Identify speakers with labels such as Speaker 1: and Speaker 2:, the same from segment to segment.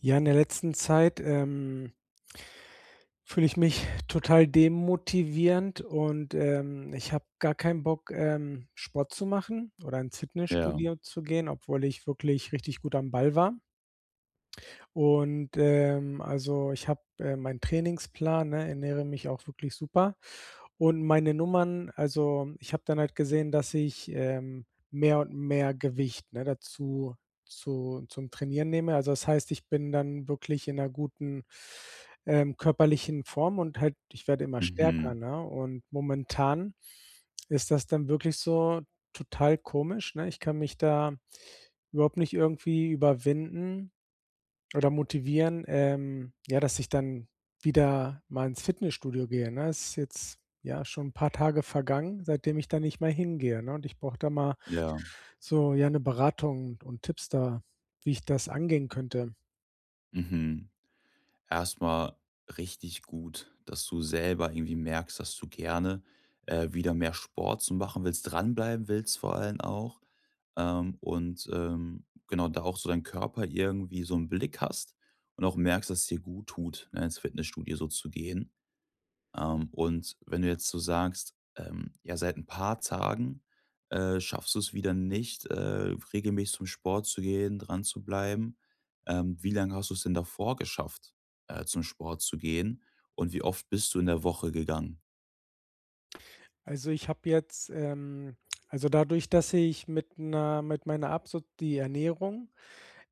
Speaker 1: Ja, in der letzten Zeit, fühle ich mich total demotivierend und ich habe gar keinen Bock, Sport zu machen oder ins
Speaker 2: Ja,
Speaker 1: Fitnessstudio zu gehen, obwohl ich wirklich richtig gut am Ball war. Und, ich habe, meinen Trainingsplan, ne, ernähre mich auch wirklich super. Und meine Nummern, also, ich habe dann halt gesehen, dass ich, mehr und mehr Gewicht, ne, dazu zu zum Trainieren nehme. Also, das heißt, ich bin dann wirklich in einer guten, körperlichen Form und halt ich werde immer stärker,
Speaker 2: mhm,
Speaker 1: ne? Und momentan ist das dann wirklich so total komisch, ne? Ich kann mich da überhaupt nicht irgendwie überwinden oder motivieren, ja, dass ich dann wieder mal ins Fitnessstudio gehe, ne? Es ist jetzt, ja, schon 'n paar Tage vergangen, seitdem ich da nicht mehr hingehe, ne? Und ich brauche da mal
Speaker 2: ja,
Speaker 1: so, ja, 'ne Beratung und Tipps da, wie ich das angehen könnte.
Speaker 2: mhm. Erstmal richtig gut, dass du selber irgendwie merkst, dass du gerne, wieder mehr Sport zu machen willst, dranbleiben willst vor allem auch, genau, da auch so deinen Körper irgendwie so einen Blick hast und auch merkst, dass es dir gut tut, ne, ins Fitnessstudio so zu gehen. Und wenn du jetzt so sagst, ja, seit ein paar Tagen, schaffst du es wieder nicht, regelmäßig zum Sport zu gehen, dran zu bleiben. Wie lange hast du es denn davor geschafft, zum Sport zu gehen? Und wie oft bist du in der Woche gegangen?
Speaker 1: Also, ich habe jetzt, also dadurch, dass ich mit meiner Abso die Ernährung,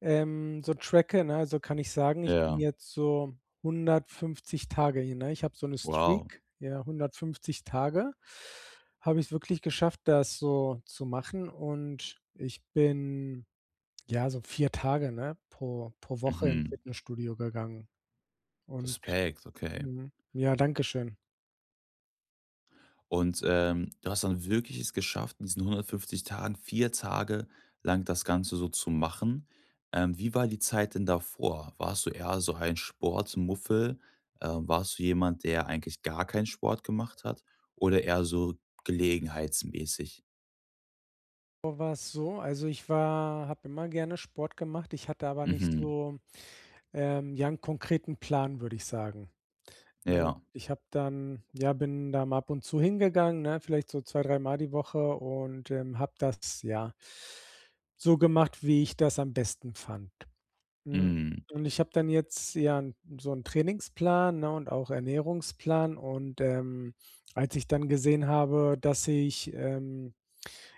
Speaker 1: So tracke, ne, also kann ich sagen, ich bin
Speaker 2: Ja,
Speaker 1: jetzt so 150 Tage hier, ne? Ich habe so 'ne
Speaker 2: wow.
Speaker 1: Streak, ja, 150 Tage habe ich's wirklich geschafft, das so zu machen, und ich bin, ja, so 4 Tage, ne, pro Woche ins
Speaker 2: Mhm.
Speaker 1: Fitnessstudio gegangen. Und
Speaker 2: Respekt, okay.
Speaker 1: mhm, ja, dankeschön.
Speaker 2: Und, du hast dann wirklich es geschafft, in diesen 150 Tagen 4 Tage lang das Ganze so zu machen. Wie war die Zeit denn davor? Warst du eher so ein Sportmuffel? Warst du jemand, der eigentlich gar keinen Sport gemacht hat oder eher so gelegenheitsmäßig?
Speaker 1: Davor war's so, also ich war habe immer gerne Sport gemacht, ich hatte aber nicht
Speaker 2: Mhm.
Speaker 1: so, ja, 'n konkreten Plan, würde ich sagen. Ne, und
Speaker 2: Ja.
Speaker 1: ich habe dann ja, bin da mal ab und zu hingegangen, ne, vielleicht so 2, dreimal die Woche und, habe das, ja, so gemacht, wie ich das am besten fand. Hm,
Speaker 2: Mhm.
Speaker 1: und ich habe dann jetzt, ja, 'n so 'n Trainingsplan, ne, und auch Ernährungsplan und, als ich dann gesehen habe, dass ich,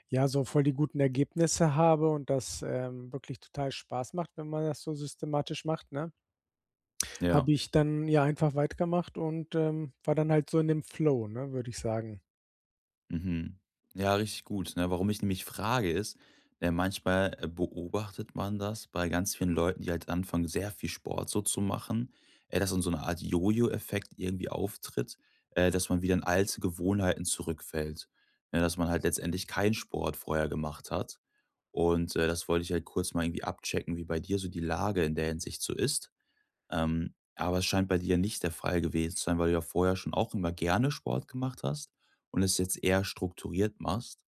Speaker 1: ja, so voll die guten Ergebnisse habe und das, wirklich total Spaß macht, wenn man das so systematisch macht, ne?
Speaker 2: Ja.
Speaker 1: Habe ich dann ja einfach weitergemacht und, war dann halt so in dem Flow, ne, würde ich sagen.
Speaker 2: Mhm. Ja, richtig gut, ne? Warum ich nämlich frage ist, manchmal, beobachtet man das bei ganz vielen Leuten, die halt anfangen, sehr viel Sport so zu machen, dass dann so eine Art Jojo-Effekt irgendwie auftritt, dass man wieder in alte Gewohnheiten zurückfällt, ne? Dass man halt letztendlich keinen Sport vorher gemacht hat. Und, das wollte ich halt kurz mal irgendwie abchecken, wie bei dir so die Lage in der Hinsicht so ist. Aber es scheint bei dir nicht der Fall gewesen zu sein, weil du ja vorher schon auch immer gerne Sport gemacht hast und es jetzt eher strukturiert machst.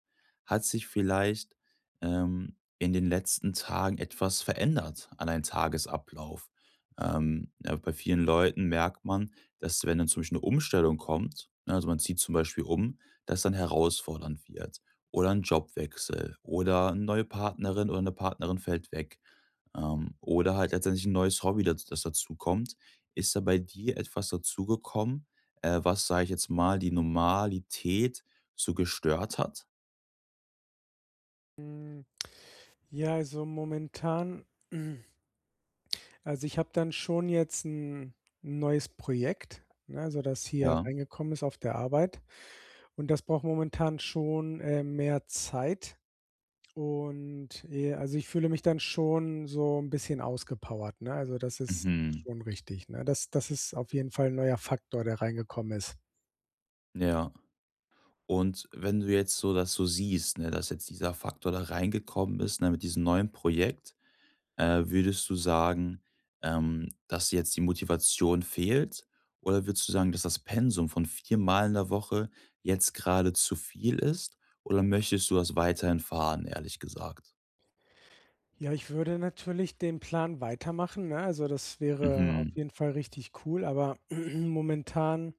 Speaker 2: Hat sich vielleicht in den letzten Tagen etwas verändert an deinem Tagesablauf? Ja, bei vielen Leuten merkt man, dass wenn dann zum Beispiel eine Umstellung kommt, ne, also man zieht zum Beispiel um, dass dann herausfordernd wird. Oder ein Jobwechsel oder eine neue Partnerin oder eine Partnerin fällt weg oder halt letztendlich ein neues Hobby, das dazu kommt, ist da bei dir etwas dazugekommen, was, sage ich jetzt mal, die Normalität so gestört hat?
Speaker 1: Hm, ja, also momentan also ich habe dann schon jetzt ein neues Projekt, ne, also das hier
Speaker 2: Ja.
Speaker 1: reingekommen ist auf der Arbeit. Und das braucht momentan schon, mehr Zeit und, also ich fühle mich dann schon so ein bisschen ausgepowert, ne? Also das ist
Speaker 2: Mhm.
Speaker 1: schon richtig, ne? Das ist auf jeden Fall ein neuer Faktor, der reingekommen ist.
Speaker 2: Ja. Und wenn du jetzt so das so siehst, ne, dass jetzt dieser Faktor da reingekommen ist, ne, mit diesem neuen Projekt, äh, würdest du sagen, dass dir jetzt die Motivation fehlt? Oder würdest du sagen, dass das Pensum von 4 Mal in der Woche jetzt gerade zu viel ist? Oder möchtest du das weiterhin fahren, ehrlich gesagt?
Speaker 1: Ja, ich würde natürlich den Plan weitermachen, ne? Also, das wäre auf
Speaker 2: Mhm.
Speaker 1: jeden Fall richtig cool, aber momentan,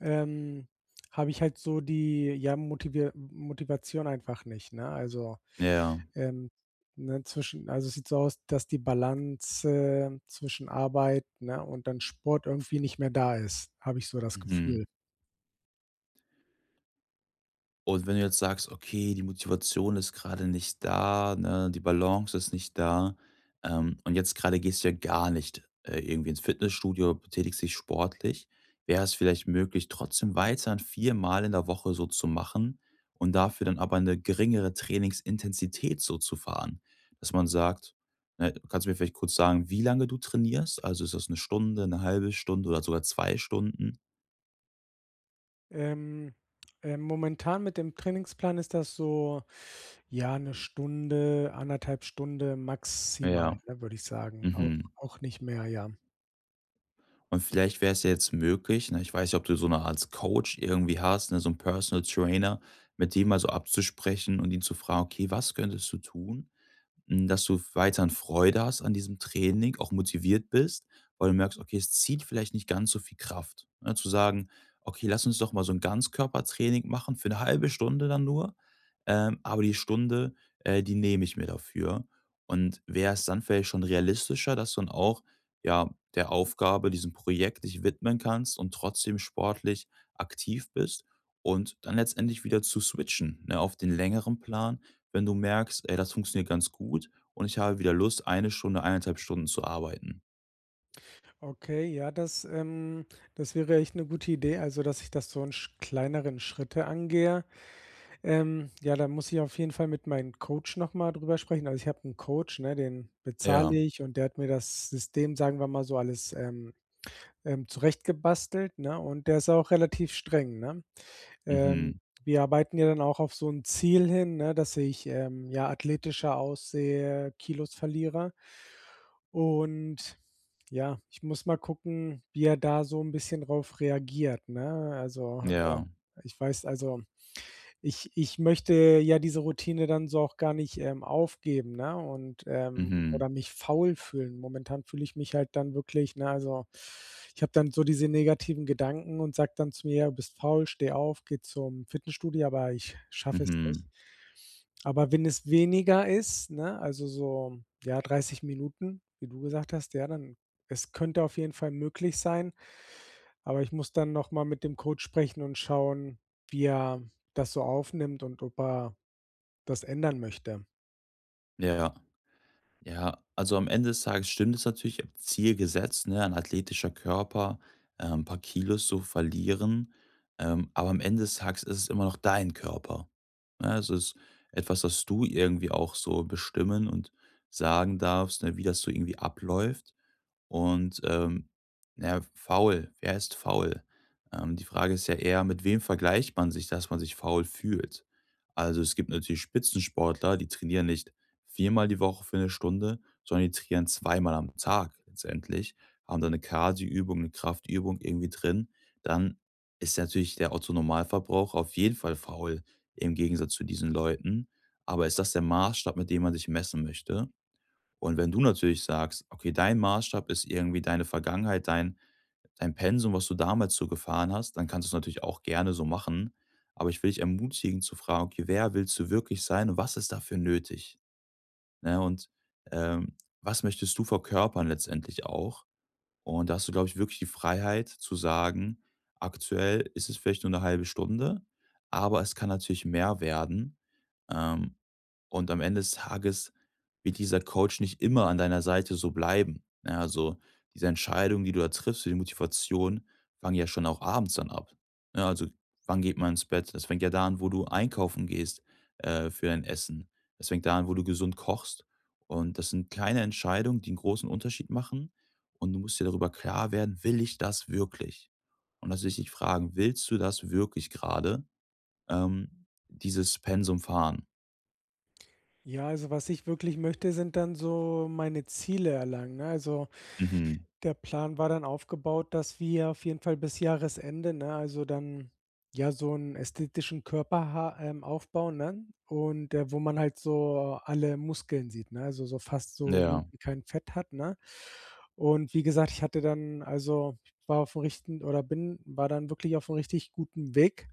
Speaker 1: ähm, habe ich halt so die, ja, Motivier Motivation einfach nicht, ne? Also,
Speaker 2: Ja,
Speaker 1: ähm, ne, zwischen also, es sieht so aus, dass die Balance, zwischen Arbeit, ne, und dann Sport irgendwie nicht mehr da ist, habe ich so das
Speaker 2: mhm.
Speaker 1: Gefühl.
Speaker 2: Und wenn du jetzt sagst: „Okay, die Motivation ist gerade nicht da, ne, die Balance ist nicht da“, und jetzt gerade gehst du ja gar nicht, irgendwie ins Fitnessstudio, betätigst dich sportlich, wäre es vielleicht möglich, trotzdem weiterhin viermal in der Woche so zu machen und dafür dann aber eine geringere Trainingsintensität so zu fahren, dass man sagt, ne, kannst du mir vielleicht kurz sagen, wie lange du trainierst? Also, ist das eine Stunde, eine halbe Stunde oder sogar 2 Stunden?
Speaker 1: Ähm, momentan mit dem Trainingsplan ist das so, ja, eine Stunde, anderthalb Stunde maximal,
Speaker 2: Ja,
Speaker 1: ne, würde ich sagen. Auch
Speaker 2: mhm.
Speaker 1: auch nicht mehr, ja.
Speaker 2: Und vielleicht wäre es ja jetzt möglich, ne, ich weiß nicht, ob du so eine Art Coach irgendwie hast, ne, so einen Personal Trainer, mit dem mal so abzusprechen und ihn zu fragen: „Okay, was könntest du tun, hm, dass du weiterhin Freude hast an diesem Training, auch motiviert bist, weil du merkst, okay, es zieht vielleicht nicht ganz so viel Kraft. Ne? Zu sagen, okay, lass uns doch mal so ein Ganzkörpertraining machen für eine halbe Stunde dann nur, aber die Stunde, die nehme ich mir dafür. Und wäre es dann vielleicht schon realistischer, dass du dann auch, ja, der Aufgabe, diesem Projekt dich widmen kannst und trotzdem sportlich aktiv bist und dann letztendlich wieder zu switchen, ne, auf den längeren Plan, wenn du merkst: „Ey, das funktioniert ganz gut und ich habe wieder Lust, eine Stunde, eineinhalb Stunden zu arbeiten.“
Speaker 1: Okay, ja, das wäre echt eine gute Idee, also, dass ich das so in sch kleineren Schritte angehe. Ja, da muss ich auf jeden Fall mit meinem Coach noch mal drüber sprechen. Also, ich habe einen Coach, ne, den
Speaker 2: Ja,
Speaker 1: bezahle ich, und der hat mir das System, sagen wir mal so, alles, zurechtgebastelt, ne, und der ist auch relativ streng, ne? Ähm,
Speaker 2: mhm,
Speaker 1: Wir arbeiten ja dann auch auf so ein Ziel hin, ne, dass ich, ja, athletischer aussehe, Kilos verliere. Und ja, ich muss mal gucken, wie er da so ein bisschen drauf reagiert, ne? Also,
Speaker 2: ja,
Speaker 1: ich weiß, also ich möchte ja diese Routine dann so auch gar nicht, aufgeben, ne, und
Speaker 2: mhm,
Speaker 1: oder mich faul fühlen. Momentan fühle ich mich halt dann wirklich, ne, also, ich habe dann so diese negativen Gedanken und sage dann zu mir: „Ja, du bist faul, steh auf, geh zum Fitnessstudio“, aber ich schaffe es
Speaker 2: mhm,
Speaker 1: nicht. Aber wenn es weniger ist, ne, also so, ja, 30 Minuten, wie du gesagt hast, ja, dann es könnte auf jeden Fall möglich sein, aber ich muss dann noch mal mit dem Coach sprechen und schauen, wie er das so aufnimmt und ob er das ändern möchte.
Speaker 2: ja, ja. Also, am Ende des Tages stimmt es natürlich, ich habe Ziel gesetzt, ne, ein athletischer Körper, ein paar Kilos zu verlieren, aber am Ende des Tages ist es immer noch dein Körper, ne? Es ist etwas, das du irgendwie auch so bestimmen und sagen darfst, ne, wie das so irgendwie abläuft. Und, ja, faul, wer ist faul? Die Frage ist ja eher, mit wem vergleicht man sich, dass man sich faul fühlt? Also, es gibt natürlich Spitzensportler, die trainieren nicht viermal die Woche für eine Stunde, sondern die trainieren zweimal am Tag letztendlich, haben da eine Cardioübung, eine Kraftübung irgendwie drin. Dann ist natürlich der Otto-Normalverbraucher auf jeden Fall faul im Gegensatz zu diesen Leuten. Aber ist das der Maßstab, mit dem man sich messen möchte? Und wenn du natürlich sagst, okay, dein Maßstab ist irgendwie deine Vergangenheit, dein Pensum, was du damals so gefahren hast, dann kannst du es natürlich auch gerne so machen. Aber ich will dich ermutigen zu fragen: „Okay, wer willst du wirklich sein und was ist dafür nötig?“ Ne, und, ähm, was möchtest du verkörpern letztendlich auch? Und da hast du, glaube ich, wirklich die Freiheit zu sagen, aktuell ist es vielleicht nur eine halbe Stunde, aber es kann natürlich mehr werden. Ähm, und am Ende des Tages wird dieser Coach nicht immer an deiner Seite so bleiben. Ja, also, diese Entscheidung, die du da triffst, die Motivation fangen ja schon auch abends dann ab. Ne, also, wann geht man ins Bett? Das fängt ja da an, wo du einkaufen gehst, für dein Essen. Das fängt da an, wo du gesund kochst. Und das sind kleine Entscheidungen, die einen großen Unterschied machen und du musst dir darüber klar werden: „Will ich das wirklich?“ Und das will ich dich fragen: „Willst du das wirklich gerade dieses Pensum fahren?“
Speaker 1: Ja, also was ich wirklich möchte, sind dann so meine Ziele erlangen, ne? Also,
Speaker 2: Mhm.
Speaker 1: der Plan war dann aufgebaut, dass wir auf jeden Fall bis Jahresende, ne, also dann ja so einen ästhetischen Körper ha aufbauen, ne? Und, wo man halt so alle Muskeln sieht, ne? Also, so fast so gut
Speaker 2: Ja.
Speaker 1: wie kein Fett hat, ne? Und wie gesagt, ich hatte dann, also, ich war auf'm richten oder bin war dann wirklich auf einem richtig guten Weg.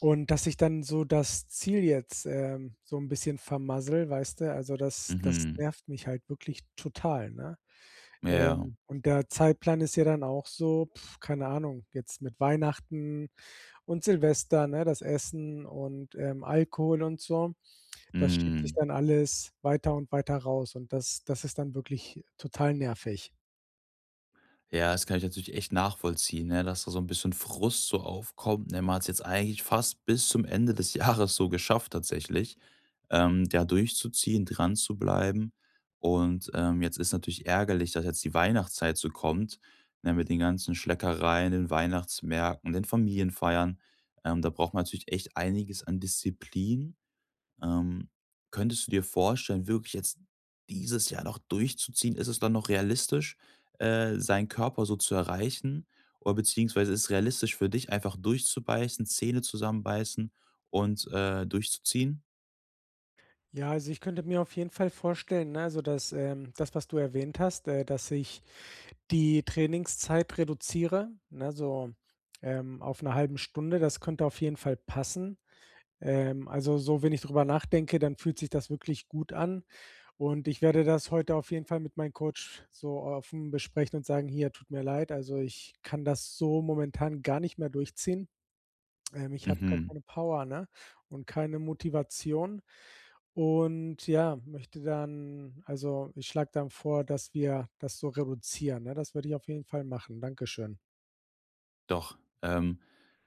Speaker 1: Und dass ich dann so das Ziel jetzt, so ein bisschen vermassel, weißt du? Also, das
Speaker 2: Mhm.
Speaker 1: nervt mich halt wirklich total, ne?
Speaker 2: Ja.
Speaker 1: Und der Zeitplan ist ja dann auch so, pf, keine Ahnung, jetzt mit Weihnachten und Silvester, ne, das Essen und, Alkohol und so. Das schiebt sich
Speaker 2: Mhm.
Speaker 1: dann alles weiter und weiter raus, und das ist dann wirklich total nervig.
Speaker 2: Ja, das kann ich natürlich echt nachvollziehen, ne, dass da so ein bisschen Frust so aufkommt, ne? Man hat es jetzt eigentlich fast bis zum Ende des Jahres so geschafft tatsächlich, da durchzuziehen, dran zu bleiben. Und, jetzt ist natürlich ärgerlich, dass jetzt die Weihnachtszeit so kommt, ne, mit den ganzen Schleckereien, den Weihnachtsmärkten, den Familienfeiern. Da braucht man natürlich echt einiges an Disziplin, ähm, könntest du dir vorstellen, wirklich jetzt dieses Jahr noch durchzuziehen? Ist es dann noch realistisch, seinen Körper so zu erreichen? Oder beziehungsweise ist es realistisch für dich, einfach durchzubeißen, Zähne zusammenbeißen und durchzuziehen?
Speaker 1: Ja, also, ich könnte mir auf jeden Fall vorstellen, ne, also, das, was du erwähnt hast, dass ich die Trainingszeit reduziere, ne, so, auf eine halben Stunde. Das könnte auf jeden Fall passen. Also, so, wenn ich drüber nachdenke, dann fühlt sich das wirklich gut an, und ich werde das heute auf jeden Fall mit meinem Coach so offen besprechen und sagen: „Hier, tut mir leid, also, ich kann das so momentan gar nicht mehr durchziehen. Ich habe gar
Speaker 2: Mhm,
Speaker 1: keine Power, ne, und keine Motivation, und ja, möchte ich schlage dann vor, dass wir das so reduzieren“, ne? Das würde ich auf jeden Fall machen. Dankeschön.
Speaker 2: doch. Ähm,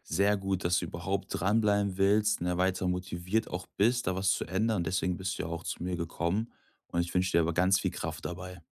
Speaker 2: Sehr gut, dass du überhaupt dranbleiben willst, ne, weiter motiviert auch bist, da was zu ändern. Deswegen bist du ja auch zu mir gekommen. Und ich wünsche dir aber ganz viel Kraft dabei.